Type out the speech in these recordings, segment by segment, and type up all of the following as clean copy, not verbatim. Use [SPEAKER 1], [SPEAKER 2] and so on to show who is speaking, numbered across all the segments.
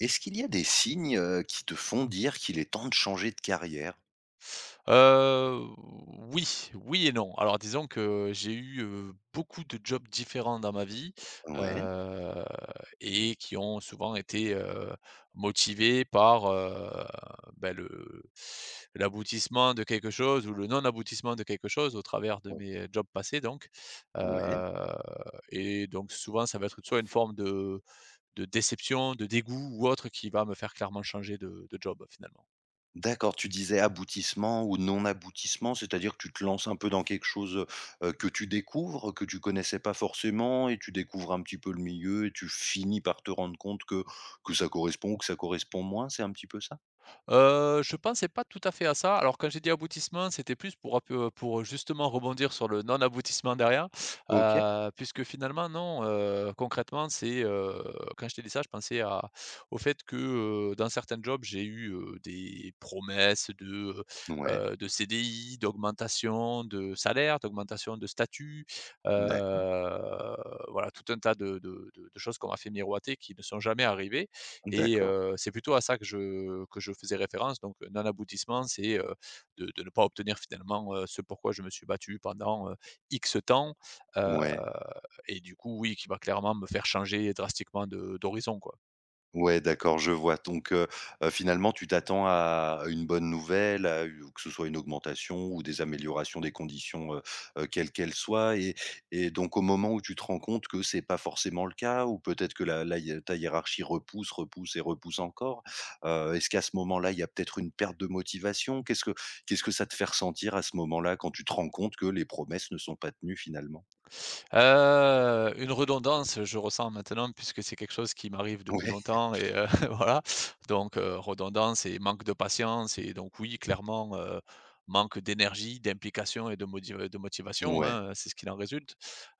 [SPEAKER 1] Est-ce qu'il y a des signes, qui te font dire qu'il est temps de changer de carrière?
[SPEAKER 2] Heu, oui, oui et non. Alors disons que j'ai eu, beaucoup de jobs différents dans ma vie,
[SPEAKER 1] Ouais,
[SPEAKER 2] heu et qui ont souvent été, motivés par, bah, le l'aboutissement de quelque chose ou le non-aboutissement de quelque chose au travers de
[SPEAKER 1] o
[SPEAKER 2] mes jobs passés, donc
[SPEAKER 1] ouais.
[SPEAKER 2] heu et donc souvent ça va être soit une forme de déception, de dégoût ou autre qui va me faire clairement changer de job, finalement.
[SPEAKER 1] D'accord, tu disais aboutissement ou non-aboutissement, c'est-à-dire que tu te lances un peu dans quelque chose, que tu découvres, que tu connaissais pas forcément et tu découvres un petit peu le milieu et tu finis par te rendre compte que ça correspond ou que ça correspond moins, c'est un petit peu ça?
[SPEAKER 2] Je pensais pas tout à fait à ça. Alors quand j'ai dit aboutissement, c'était plus pour un peu pour justement rebondir sur le non-aboutissement derrière,
[SPEAKER 1] OK.
[SPEAKER 2] puisque finalement non, concrètement c'est, quand je t'ai dit ça, je pensais à au fait que, dans certains jobs, j'ai eu, des promesses heu
[SPEAKER 1] Ouais,
[SPEAKER 2] de CDI, d'augmentation de salaire, d'augmentation de statut, heu,
[SPEAKER 1] d'accord,
[SPEAKER 2] voilà tout un tas de choses qu'on m'a fait miroiter qui ne sont jamais arrivées et
[SPEAKER 1] d'accord.
[SPEAKER 2] c'est plutôt à ça que je faisais référence, donc non-aboutissement, c'est, de ne pas obtenir finalement, ce pourquoi je me suis battu pendant, X temps, heu
[SPEAKER 1] Ouais.
[SPEAKER 2] et du coup, oui, qui va clairement me faire changer drastiquement de d'horizon, quoi.
[SPEAKER 1] Ouais, d'accord, je vois. Donc, finalement, tu t'attends à une bonne nouvelle, à u que ce soit une augmentation ou des améliorations des conditions, quelles qu'elles soient et donc au moment où tu te rends compte que c'est pas forcément le cas ou peut-être que la la hié ta hiérarchie repousse, repousse et repousse encore, est-ce qu'à ce moment-là, il y a peut-être une perte de motivation? Qu'est-ce que ça te fait ressentir à ce moment-là, quand tu te rends compte que les promesses ne sont pas tenues finalement?
[SPEAKER 2] Une redondance, je ressens maintenant puisque c'est quelque chose qui m'arrive depuis
[SPEAKER 1] Ouais,
[SPEAKER 2] longtemps et voilà. Donc redondance et manque de patience et donc oui, clairement, manque d'énergie, d'implication et de motivation,
[SPEAKER 1] ouais,
[SPEAKER 2] hein, c'est ce qu'il en résulte.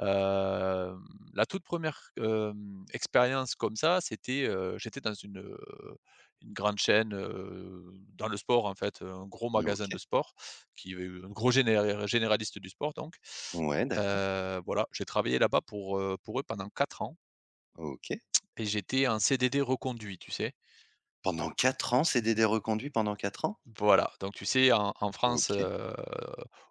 [SPEAKER 2] Hem, la toute première re expérience comme ça, c'était, j'étais dans une grande chaîne, dans le sport en fait, un gros magasin
[SPEAKER 1] OK.
[SPEAKER 2] de sport qui, un gros généraliste du sport, donc…
[SPEAKER 1] Ouais, d'accord,
[SPEAKER 2] Voilà, j'ai travaillé là-bas pour, pour eux pendant 4 ans
[SPEAKER 1] OK.
[SPEAKER 2] et j'étais en CDD reconduit, tu sais?
[SPEAKER 1] Pendant 4 ans, CDD reconduit pendant 4 ans?
[SPEAKER 2] Voilà, donc tu sais en France,
[SPEAKER 1] OK,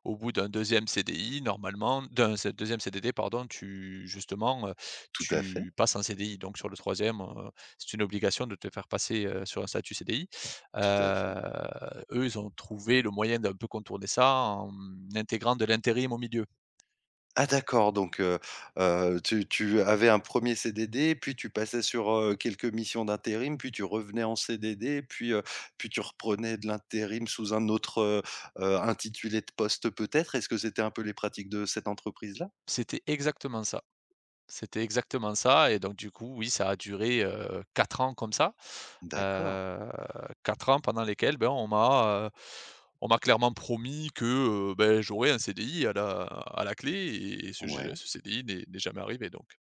[SPEAKER 2] au bout d'un 2e CDI, normalement d'un deuxième, 2e CDD pardon, tu justement,
[SPEAKER 1] tout à fait,
[SPEAKER 2] tu passes en CDI, donc sur le troisième, e c'est une obligation de te faire passer, sur un statut CDI.
[SPEAKER 1] tout à fait.
[SPEAKER 2] Eux, ils ont trouvé le moyen d'un peu contourner ça en intégrant de l'intérim au milieu.
[SPEAKER 1] Ah d'accord, donc tu avais un premier CDD, puis tu passais sur, quelques missions d'intérim, puis tu revenais en CDD, puis tu reprenais de l'intérim sous un autre, intitulé de poste peut-être? Est-ce que c'était un peu les pratiques de cette entreprise-là?
[SPEAKER 2] C'était exactement ça, c'était exactement ça, et donc du coup, oui, ça a duré, 4 ans comme ça,
[SPEAKER 1] D'accord,
[SPEAKER 2] heu, 4 ans pendant lesquels, ben, on m'a clairement promis que, beh, j'aurais un CDI à la clé, et ce je
[SPEAKER 1] ouais.
[SPEAKER 2] ce CDI n'est jamais arrivé, donc.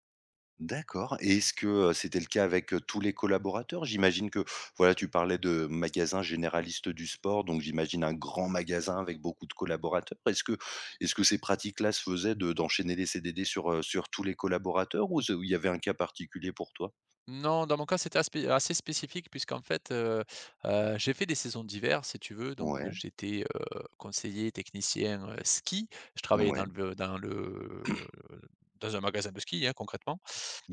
[SPEAKER 1] D'accord et est-ce que, c'était le cas avec, tous les collaborateurs? J'imagine que, voilà, tu parlais de magasin généraliste du sport, donc j'imagine un grand magasin avec beaucoup de collaborateurs. Est-ce que ces pratiques-là se faisaient de d'enchaîner les CDD sur tous les collaborateurs ou il y avait un cas particulier pour toi?
[SPEAKER 2] Non, dans mon cas, c'était aspé assez spécifique puisqu'en fait, j'ai fait des saisons d'hiver, si tu veux, donc
[SPEAKER 1] Ouais,
[SPEAKER 2] j'étais, conseiller technicien, ski. Je travaillais
[SPEAKER 1] ouais,
[SPEAKER 2] dans un magasin de ski, hein, concrètement,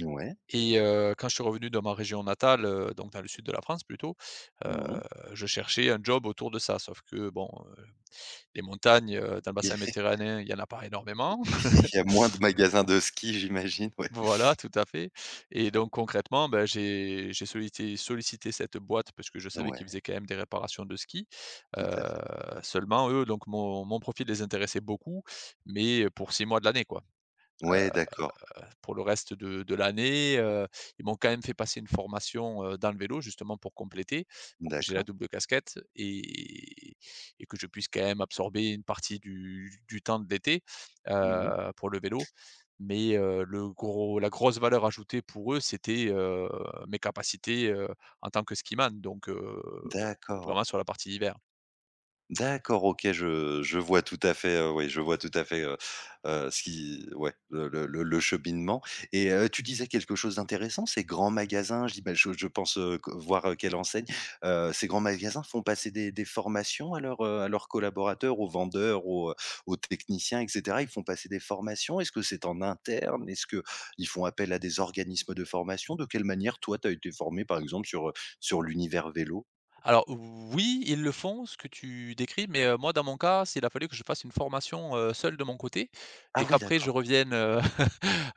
[SPEAKER 1] ouais,
[SPEAKER 2] et quand je suis revenu dans ma région natale, donc dans le sud de la France plutôt, heu,
[SPEAKER 1] mmh.
[SPEAKER 2] je cherchais un job autour de ça. Sauf que bon, heu, les montagnes, dans le
[SPEAKER 1] Il y
[SPEAKER 2] bassin
[SPEAKER 1] a
[SPEAKER 2] méditerranéen, il y en a pas énormément.
[SPEAKER 1] moins de magasins de ski, j'imagine, ouais.
[SPEAKER 2] Voilà, tout à fait, et donc concrètement, bah, j'ai sollicité cette boîte parce que je savais
[SPEAKER 1] Ouais,
[SPEAKER 2] qu'ils faisaient quand même des réparations de ski. Heu,
[SPEAKER 1] tout à fait.
[SPEAKER 2] Seulement eux, donc mon profil les intéressait beaucoup, mais pour 6 mois de l'année, quoi.
[SPEAKER 1] Ouais, d'accord,
[SPEAKER 2] Pour le reste de l'année, ils m'ont quand même fait passer une formation, dans le vélo justement pour compléter, pour que j'ai la
[SPEAKER 1] d'accord.
[SPEAKER 2] double casquette, et que je puisse quand même absorber une partie du temps de l'été,
[SPEAKER 1] Mmh.
[SPEAKER 2] pour le vélo. Mais le gros la grosse valeur ajoutée pour eux, c'était, mes capacités, en tant que skiman, donc
[SPEAKER 1] D'accord.
[SPEAKER 2] vraiment sur la partie hiver.
[SPEAKER 1] D'accord, OK, je vois tout à fait, oui, je vois tout à fait, ce qui ouais, le cheminement et tu disais quelque chose d'intéressant, ces grands magasins, j'ima je pense, q voir, quelle enseigne, ces grands magasins font passer des formations à leurs collaborateurs, aux vendeurs, aux techniciens et cetera? Ils font passer des formations? Est-ce que c'est en interne? Est-ce que ils font appel à des organismes de formation? De quelle manière, toi, tu as été formé, par exemple, sur l'univers vélo?
[SPEAKER 2] Alors oui, ils le font, ce que tu décris, mais moi dans mon cas, s'il a fallu que je fasse une formation, seul de mon côté,
[SPEAKER 1] Ah
[SPEAKER 2] et
[SPEAKER 1] oui,
[SPEAKER 2] qu'après je
[SPEAKER 1] d'accord,
[SPEAKER 2] revienne,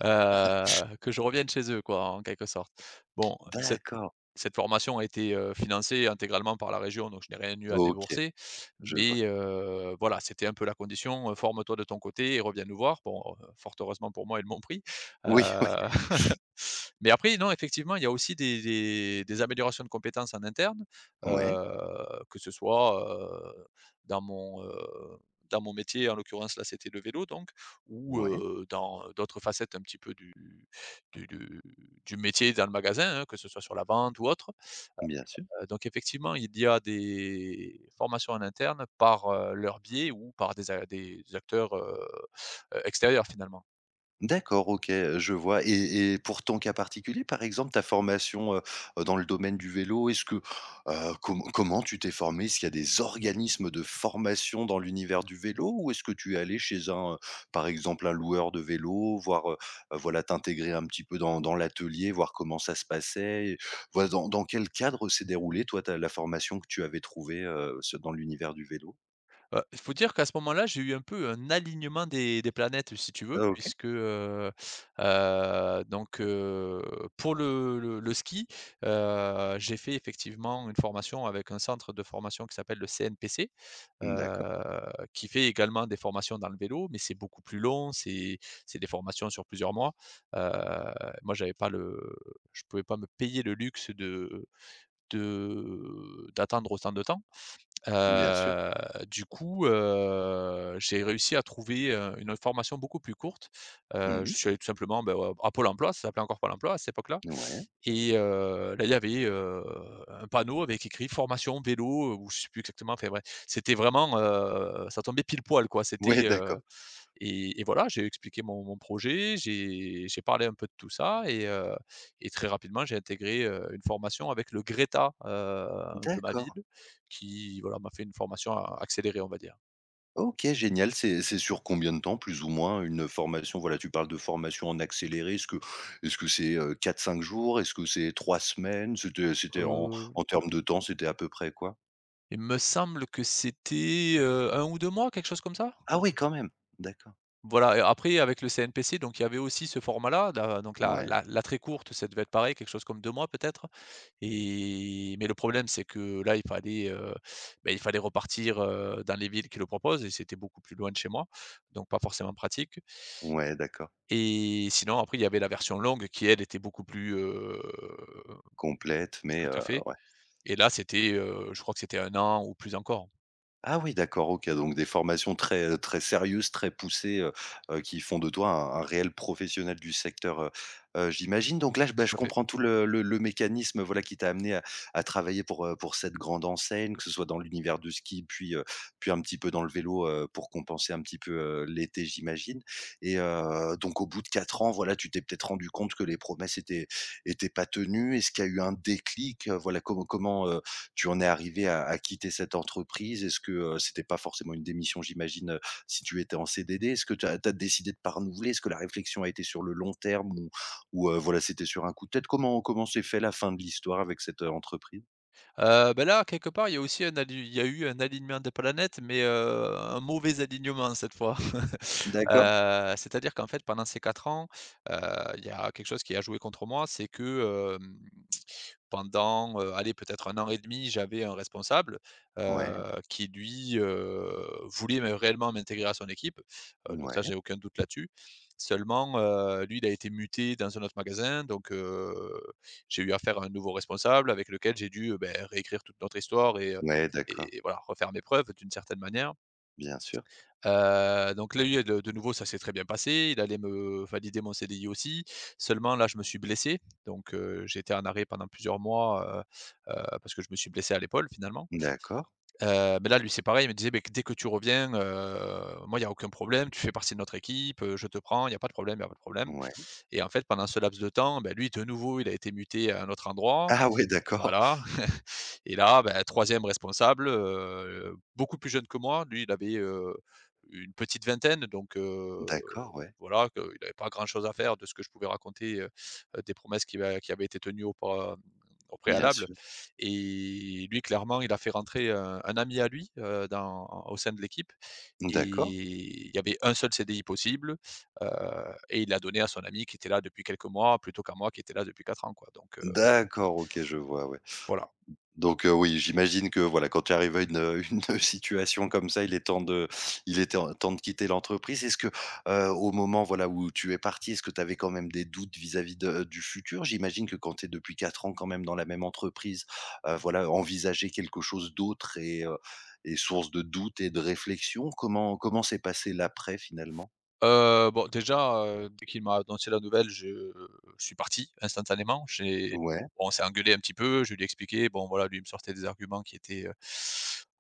[SPEAKER 2] que je revienne chez eux, quoi, en quelque sorte. Bon, ce
[SPEAKER 1] d'accord,
[SPEAKER 2] Cette formation a été, financée intégralement par la région, donc je n'ai rien eu à
[SPEAKER 1] OK.
[SPEAKER 2] débourser.
[SPEAKER 1] Je vois.
[SPEAKER 2] Mais, voilà, c'était un peu la condition, forme-toi de ton côté et reviens nous voir. Bon, fort heureusement pour moi, ils m'ont pris.
[SPEAKER 1] Oui, oui.
[SPEAKER 2] Heu, mais après, non, effectivement, il y a aussi des améliorations de compétences en interne,
[SPEAKER 1] Ouais,
[SPEAKER 2] heu, que ce soit, dans mon, heu, dans mon métier, en l'occurrence, là, c'était le vélo, donc, ou,
[SPEAKER 1] ouais,
[SPEAKER 2] dans d'autres facettes un petit peu du du du métier dans le magasin, hein, que ce soit sur la vente ou autre.
[SPEAKER 1] bien sûr.
[SPEAKER 2] Donc effectivement, il y a des formations en interne par, leur biais, ou par des acteurs, extérieurs finalement.
[SPEAKER 1] D'accord, OK, je vois et pour ton cas particulier, par exemple, ta formation, dans le domaine du vélo, est-ce que, comment tu t'es formé? Est-ce qu'il y a des organismes de formation dans l'univers du vélo ou est-ce que tu es allé chez un, par exemple, un loueur de vélo, voir, voilà, t'intégrer un petit peu dans l'atelier, voir comment ça se passait et voilà, dans quel cadre s'est déroulée, toi, ta la formation que tu avais trouvée, ce dans l'univers du vélo?
[SPEAKER 2] Il faut dire qu'à ce moment-là, j'ai eu un peu un alignement des planètes, si tu veux,
[SPEAKER 1] Ah OK,
[SPEAKER 2] puisque, donc, pour le ski, j'ai fait effectivement une formation avec un centre de formation qui s'appelle le CNPC,
[SPEAKER 1] d'accord,
[SPEAKER 2] heu, qui fait également des formations dans le vélo, mais c'est beaucoup plus long, c'est des formations sur plusieurs mois. Heu, Moi, j'avais pas le je pouvais pas me payer le luxe de d'attendre autant de temps.
[SPEAKER 1] bien sûr.
[SPEAKER 2] Heu, du coup, j'ai réussi à trouver, une formation beaucoup plus courte.
[SPEAKER 1] Mmh mh.
[SPEAKER 2] Je suis allé tout simplement, bah, à Pôle emploi, ça s'appelait encore Pôle emploi à cette époque-là,
[SPEAKER 1] Ouais.
[SPEAKER 2] et là, il y avait, un panneau avec écrit formation vélo, ou je sais plus exactement, enfin bref, c'était vraiment, ça tombait pile poil, quoi,
[SPEAKER 1] Ouais,
[SPEAKER 2] c'était,
[SPEAKER 1] d'accord.
[SPEAKER 2] et voilà, j'ai expliqué mon projet, j'ai parlé un peu de tout ça et très rapidement, j'ai intégré, une formation avec le Greta, de ma
[SPEAKER 1] D'accord.
[SPEAKER 2] ville qui, voilà, m'a fait une formation a accélérée, on va dire.
[SPEAKER 1] OK, génial. C'est sur combien de temps plus ou moins une formation? Voilà, tu parles de formation en accéléré. Est-ce que c'est, 4-5 jours? Est-ce que c'est 3 semaines? C'était en
[SPEAKER 2] Heu,
[SPEAKER 1] termes de temps, c'était à peu près quoi?
[SPEAKER 2] il me semble que c'était, 1 ou 2 mois, quelque chose comme ça?
[SPEAKER 1] Ah oui, quand même! D'accord.
[SPEAKER 2] Voilà, et après avec le CNPC, donc il y avait aussi ce format-là, la donc la
[SPEAKER 1] Ouais,
[SPEAKER 2] la la très courte, ça devait être pareil, quelque chose comme 2 mois peut-être, et mais le problème, c'est que là, il fallait repartir, dans les villes qui le proposent, et c'était beaucoup plus loin de chez moi, donc pas forcément pratique,
[SPEAKER 1] ouais, d'accord.
[SPEAKER 2] et sinon après il y avait la version longue, qui elle était beaucoup plus,
[SPEAKER 1] Complète mais
[SPEAKER 2] tout à
[SPEAKER 1] heu,
[SPEAKER 2] fait,
[SPEAKER 1] ouais.
[SPEAKER 2] et là c'était, je crois que c'était un an ou plus encore.
[SPEAKER 1] Ah oui, d'accord, OK, donc des formations très, très sérieuses, très poussées, qui font de toi un réel professionnel du secteur, j'imagine. Donc là, je bah,
[SPEAKER 2] Tout
[SPEAKER 1] je
[SPEAKER 2] à fait.
[SPEAKER 1] comprends tout le mécanisme, voilà, qui t'a amené à travailler pour cette grande enseigne, que ce soit dans l'univers du ski, puis un petit peu dans le vélo, pour compenser un petit peu, l'été, j'imagine et donc au bout de 4 ans, voilà, tu t'es peut-être rendu compte que les promesses étaient pas tenues. Est-ce qu'il y a eu un déclic? Voilà, comment, tu en es arrivé à quitter cette entreprise? Est-ce que, c'était pas forcément une démission, j'imagine, si tu étais en CDD? Est-ce que tu as décidé de pas renouveler? Est-ce que la réflexion a été sur le long terme ou, voilà, c'était sur un coup de tête? Comment s'est fait la fin de l'histoire avec cette, entreprise?
[SPEAKER 2] Bah, là, quelque part, il y a aussi un ali il y a eu un alignement des planètes, mais, un mauvais alignement cette fois.
[SPEAKER 1] D'accord.
[SPEAKER 2] C'est-à-dire qu'en fait, pendant ces 4 ans, heu, il y a quelque chose qui a joué contre moi, c'est que, pendant, allez, peut-être 1 an et demi, j'avais un responsable,
[SPEAKER 1] Ouais,
[SPEAKER 2] qui lui, voulait mais réellement m'intégrer à son équipe,
[SPEAKER 1] ouais,
[SPEAKER 2] donc
[SPEAKER 1] ouais,
[SPEAKER 2] ça, j'ai aucun doute là-dessus. Seulement, lui, il a été muté dans un autre magasin, donc j'ai eu affaire à un nouveau responsable avec lequel j'ai dû, réécrire toute notre histoire
[SPEAKER 1] ouais, d'accord,
[SPEAKER 2] et voilà, refaire mes preuves d'une certaine manière.
[SPEAKER 1] bien sûr.
[SPEAKER 2] Donc là, lui, de nouveau, ça s'est très bien passé. Il allait me valider mon CDI aussi. Seulement là, je me suis blessé, donc j'ai été en arrêt pendant plusieurs mois, parce que je me suis blessé à l'épaule finalement.
[SPEAKER 1] D'accord,
[SPEAKER 2] Mais là, lui, c'est pareil, il me disait: «Beh, dès que tu reviens, moi, il y a aucun problème, tu fais partie de notre équipe, je te prends, il y a pas de problème, il y a pas de problème»
[SPEAKER 1] ouais.
[SPEAKER 2] et en fait, pendant ce laps de temps, bah, lui, de nouveau, il a été muté à un autre endroit.
[SPEAKER 1] Ah ouais, d'accord,
[SPEAKER 2] Voilà, et là, ben, 3e responsable, beaucoup plus jeune que moi. Lui, il avait, une petite vingtaine, donc
[SPEAKER 1] d'accord, ouais,
[SPEAKER 2] voilà, que il n'avait pas grand-chose à faire de ce que je pouvais raconter, des promesses qui avaient été tenues aupa au
[SPEAKER 1] bien
[SPEAKER 2] préalable.
[SPEAKER 1] sûr.
[SPEAKER 2] Et lui, clairement, il a fait rentrer un ami à lui, dans au sein de l'équipe, et
[SPEAKER 1] D'accord,
[SPEAKER 2] il y avait un seul CDI possible, heu, et il l'a donné à son ami qui était là depuis quelques mois, plutôt qu'à moi qui était là depuis 4 ans, quoi, donc
[SPEAKER 1] d'accord, OK, je vois, ouais.
[SPEAKER 2] voilà.
[SPEAKER 1] Donc, oui, j'imagine que voilà, quand tu arrives à une, une, situation comme ça, il est en temps de quitter l'entreprise. Est-ce que, au moment, voilà, où tu es parti, est-ce que tu avais quand même des doutes vis-à-vis de du futur? J'imagine que quand tu es depuis 4 ans quand même dans la même entreprise, voilà, envisager quelque chose d'autre est source de doutes et de réflexion. Comment s'est passé l'après finalement?
[SPEAKER 2] Bon déjà, dès qu'il m'a annoncé la nouvelle, je suis parti instantanément. J'ai
[SPEAKER 1] Ouais,
[SPEAKER 2] bon, on s'est engueulé un petit peu. Je lui ai expliqué, bon voilà, lui il me sortait des arguments qui étaient,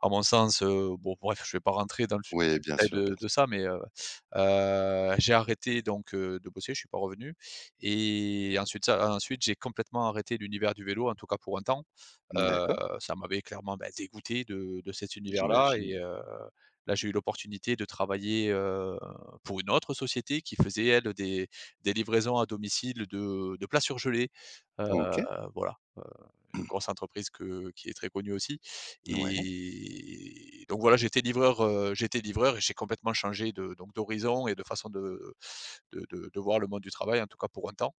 [SPEAKER 2] à mon sens, bon bref, je vais pas rentrer dans le
[SPEAKER 1] ouais, bien
[SPEAKER 2] détail
[SPEAKER 1] sûr, bien
[SPEAKER 2] de
[SPEAKER 1] sûr.
[SPEAKER 2] de ça, mais, j'ai arrêté donc, de bosser, je suis pas revenu et ensuite j'ai complètement arrêté l'univers du vélo, en tout cas pour un temps. Heu,
[SPEAKER 1] D'accord,
[SPEAKER 2] Ça m'avait clairement, bah, dégoûté de cet univers-là.
[SPEAKER 1] j'imagine.
[SPEAKER 2] Là j'ai eu l'opportunité de travailler, pour une autre société qui faisait elle des livraisons à domicile de plats surgelés. heu,
[SPEAKER 1] OK.
[SPEAKER 2] Mmh. Voilà, une grosse entreprise que qui est très connue aussi.
[SPEAKER 1] Ouais.
[SPEAKER 2] Et donc voilà, j'étais livreur et j'ai complètement changé de donc d'horizon et de façon de voir le monde du travail, en tout cas pour un temps.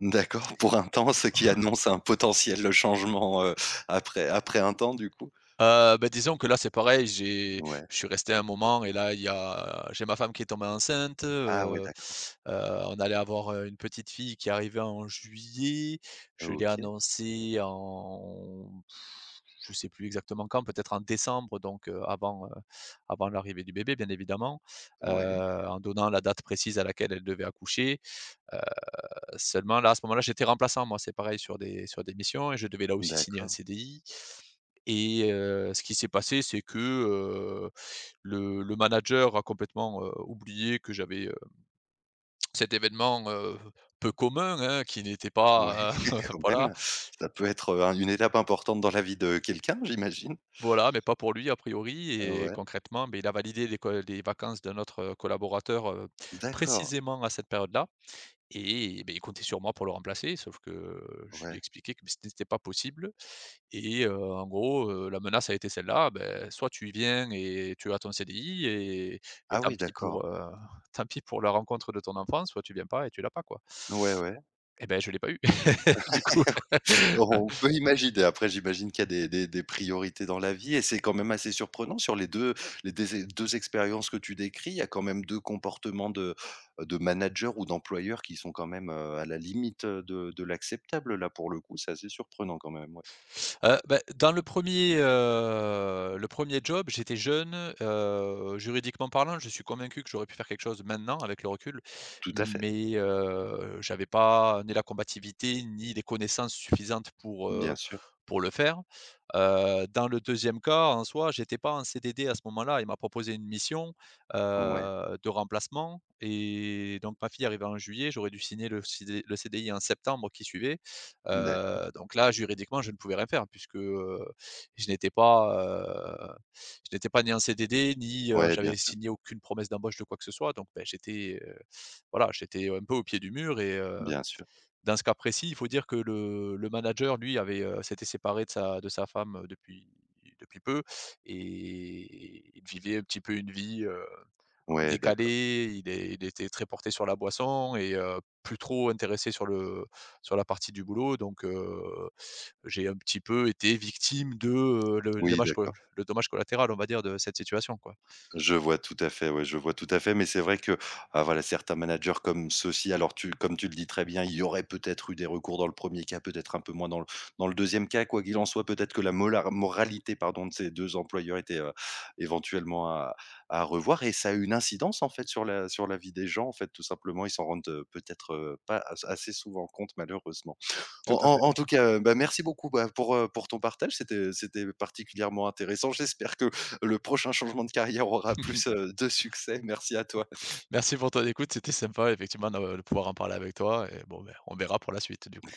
[SPEAKER 1] D'accord, pour un temps, ce qui annonce un potentiel changement, après un temps du coup?
[SPEAKER 2] Bah, disons que là, c'est pareil, j'ai
[SPEAKER 1] Ouais.
[SPEAKER 2] je suis resté un moment. Et là, il y a j'ai ma femme qui est tombée enceinte.
[SPEAKER 1] Ah ouais, d'accord.
[SPEAKER 2] Heu, on allait avoir, une petite fille qui arrivait en juillet. Je l'ai
[SPEAKER 1] OK.
[SPEAKER 2] annoncé en Je sais plus exactement quand, peut-être en décembre, donc avant, avant l'arrivée du bébé, bien évidemment, heu,
[SPEAKER 1] Ouais,
[SPEAKER 2] en donnant la date précise à laquelle elle devait accoucher. Euh, Seulement là, à ce moment-là, j'étais remplaçant moi, c'est pareil, sur des missions, et je devais là aussi signer un
[SPEAKER 1] d'accord.
[SPEAKER 2] CDI. Ce qui s'est passé, c'est que, le manager a complètement, oublié que j'avais, cet événement, peu commun, hein, qui n'était
[SPEAKER 1] Ouais,
[SPEAKER 2] pas,
[SPEAKER 1] quand
[SPEAKER 2] voilà
[SPEAKER 1] même, ça peut être, un une étape importante dans la vie de quelqu'un, j'imagine?
[SPEAKER 2] voilà, mais pas pour lui a priori. Et
[SPEAKER 1] Ouais,
[SPEAKER 2] concrètement, beh, il a validé les co les vacances d'un autre, collaborateur,
[SPEAKER 1] d'accord.
[SPEAKER 2] précisément à cette période-là, et beh, il comptait sur moi pour le remplacer, sauf que je lui
[SPEAKER 1] Ouais.
[SPEAKER 2] ai expliqué que ce n'était pas possible. En gros, la menace a été celle-là. Ben, soit tu y viens et tu as ton CDI et
[SPEAKER 1] Ah
[SPEAKER 2] tant
[SPEAKER 1] oui,
[SPEAKER 2] pis pour,
[SPEAKER 1] d'accord.
[SPEAKER 2] tant pis pour la rencontre de ton enfant, soit tu viens pas et tu l'as pas, quoi.
[SPEAKER 1] Ouais, ouais.
[SPEAKER 2] Et ben, je l'ai pas eu, du coup.
[SPEAKER 1] On peut imaginer. Après, j'imagine qu'il y a des priorités dans la vie et c'est quand même assez surprenant sur les 2 les des 2 expériences que tu décris, il y a quand même 2 comportements de manager ou d'employeur qui sont quand même, à la limite, de l'acceptable là, pour le coup. C'est assez surprenant quand même, ouais.
[SPEAKER 2] Bah, dans le premier job, j'étais jeune, juridiquement parlant, je suis convaincu que j'aurais pu faire quelque chose maintenant avec le recul,
[SPEAKER 1] Tout à fait.
[SPEAKER 2] mais j'avais pas ni la combativité, ni les connaissances suffisantes
[SPEAKER 1] Bien sûr.
[SPEAKER 2] pour le faire. Dans le deuxième cas, en soi, j'étais pas en CDD à ce moment-là. Il m'a proposé une mission,
[SPEAKER 1] Ouais.
[SPEAKER 2] de remplacement, et donc ma fille arrivait en juillet, j'aurais dû signer le CDI en septembre qui suivait.
[SPEAKER 1] D'accord.
[SPEAKER 2] Donc là, juridiquement, je ne pouvais rien faire puisque, je n'étais pas, heu, je n'étais pas ni en CDD ni,
[SPEAKER 1] Ouais, bien
[SPEAKER 2] j'avais
[SPEAKER 1] sûr,
[SPEAKER 2] signé aucune promesse d'embauche de quoi que ce soit. Donc, beh, j'étais, voilà, j'étais un peu au pied du mur.
[SPEAKER 1] bien sûr.
[SPEAKER 2] Dans ce cas précis, il faut dire que le manager, lui, avait, s'était séparé de sa femme, depuis depuis peu, et il vivait un petit peu une vie,
[SPEAKER 1] Ouais, d'accord.
[SPEAKER 2] décalée. Il était très porté sur la boisson, et plus trop intéressé sur le sur la partie du boulot. Donc, j'ai un petit peu été victime de, le
[SPEAKER 1] Oui,
[SPEAKER 2] dommage co
[SPEAKER 1] d'accord.
[SPEAKER 2] le dommage collatéral, on va dire, de cette situation, quoi.
[SPEAKER 1] Je vois tout à fait, ouais, je vois tout à fait, mais c'est vrai que, ah voilà, certains managers comme ceux-ci, alors tu comme tu le dis très bien, il y aurait peut-être eu des recours dans le premier cas, peut-être un peu moins dans le 2 cas. Quoi qu'il en soit, peut-être que la molar moralité, pardon, de ces 2 employeurs était, éventuellement à revoir et ça a une incidence, en fait, sur la vie des gens, en fait, tout simplement. Ils s'en rendent, peut-être, pas as assez souvent compte, malheureusement
[SPEAKER 2] Tout à fait.
[SPEAKER 1] en tout cas, bah, merci beaucoup bah, pour ton partage. C'était particulièrement intéressant. J'espère que le prochain changement de carrière aura plus de succès. Merci à toi.
[SPEAKER 2] Merci pour ton écoute, c'était sympa effectivement de pouvoir en parler avec toi. Et bon, beh, on verra pour la suite, du coup.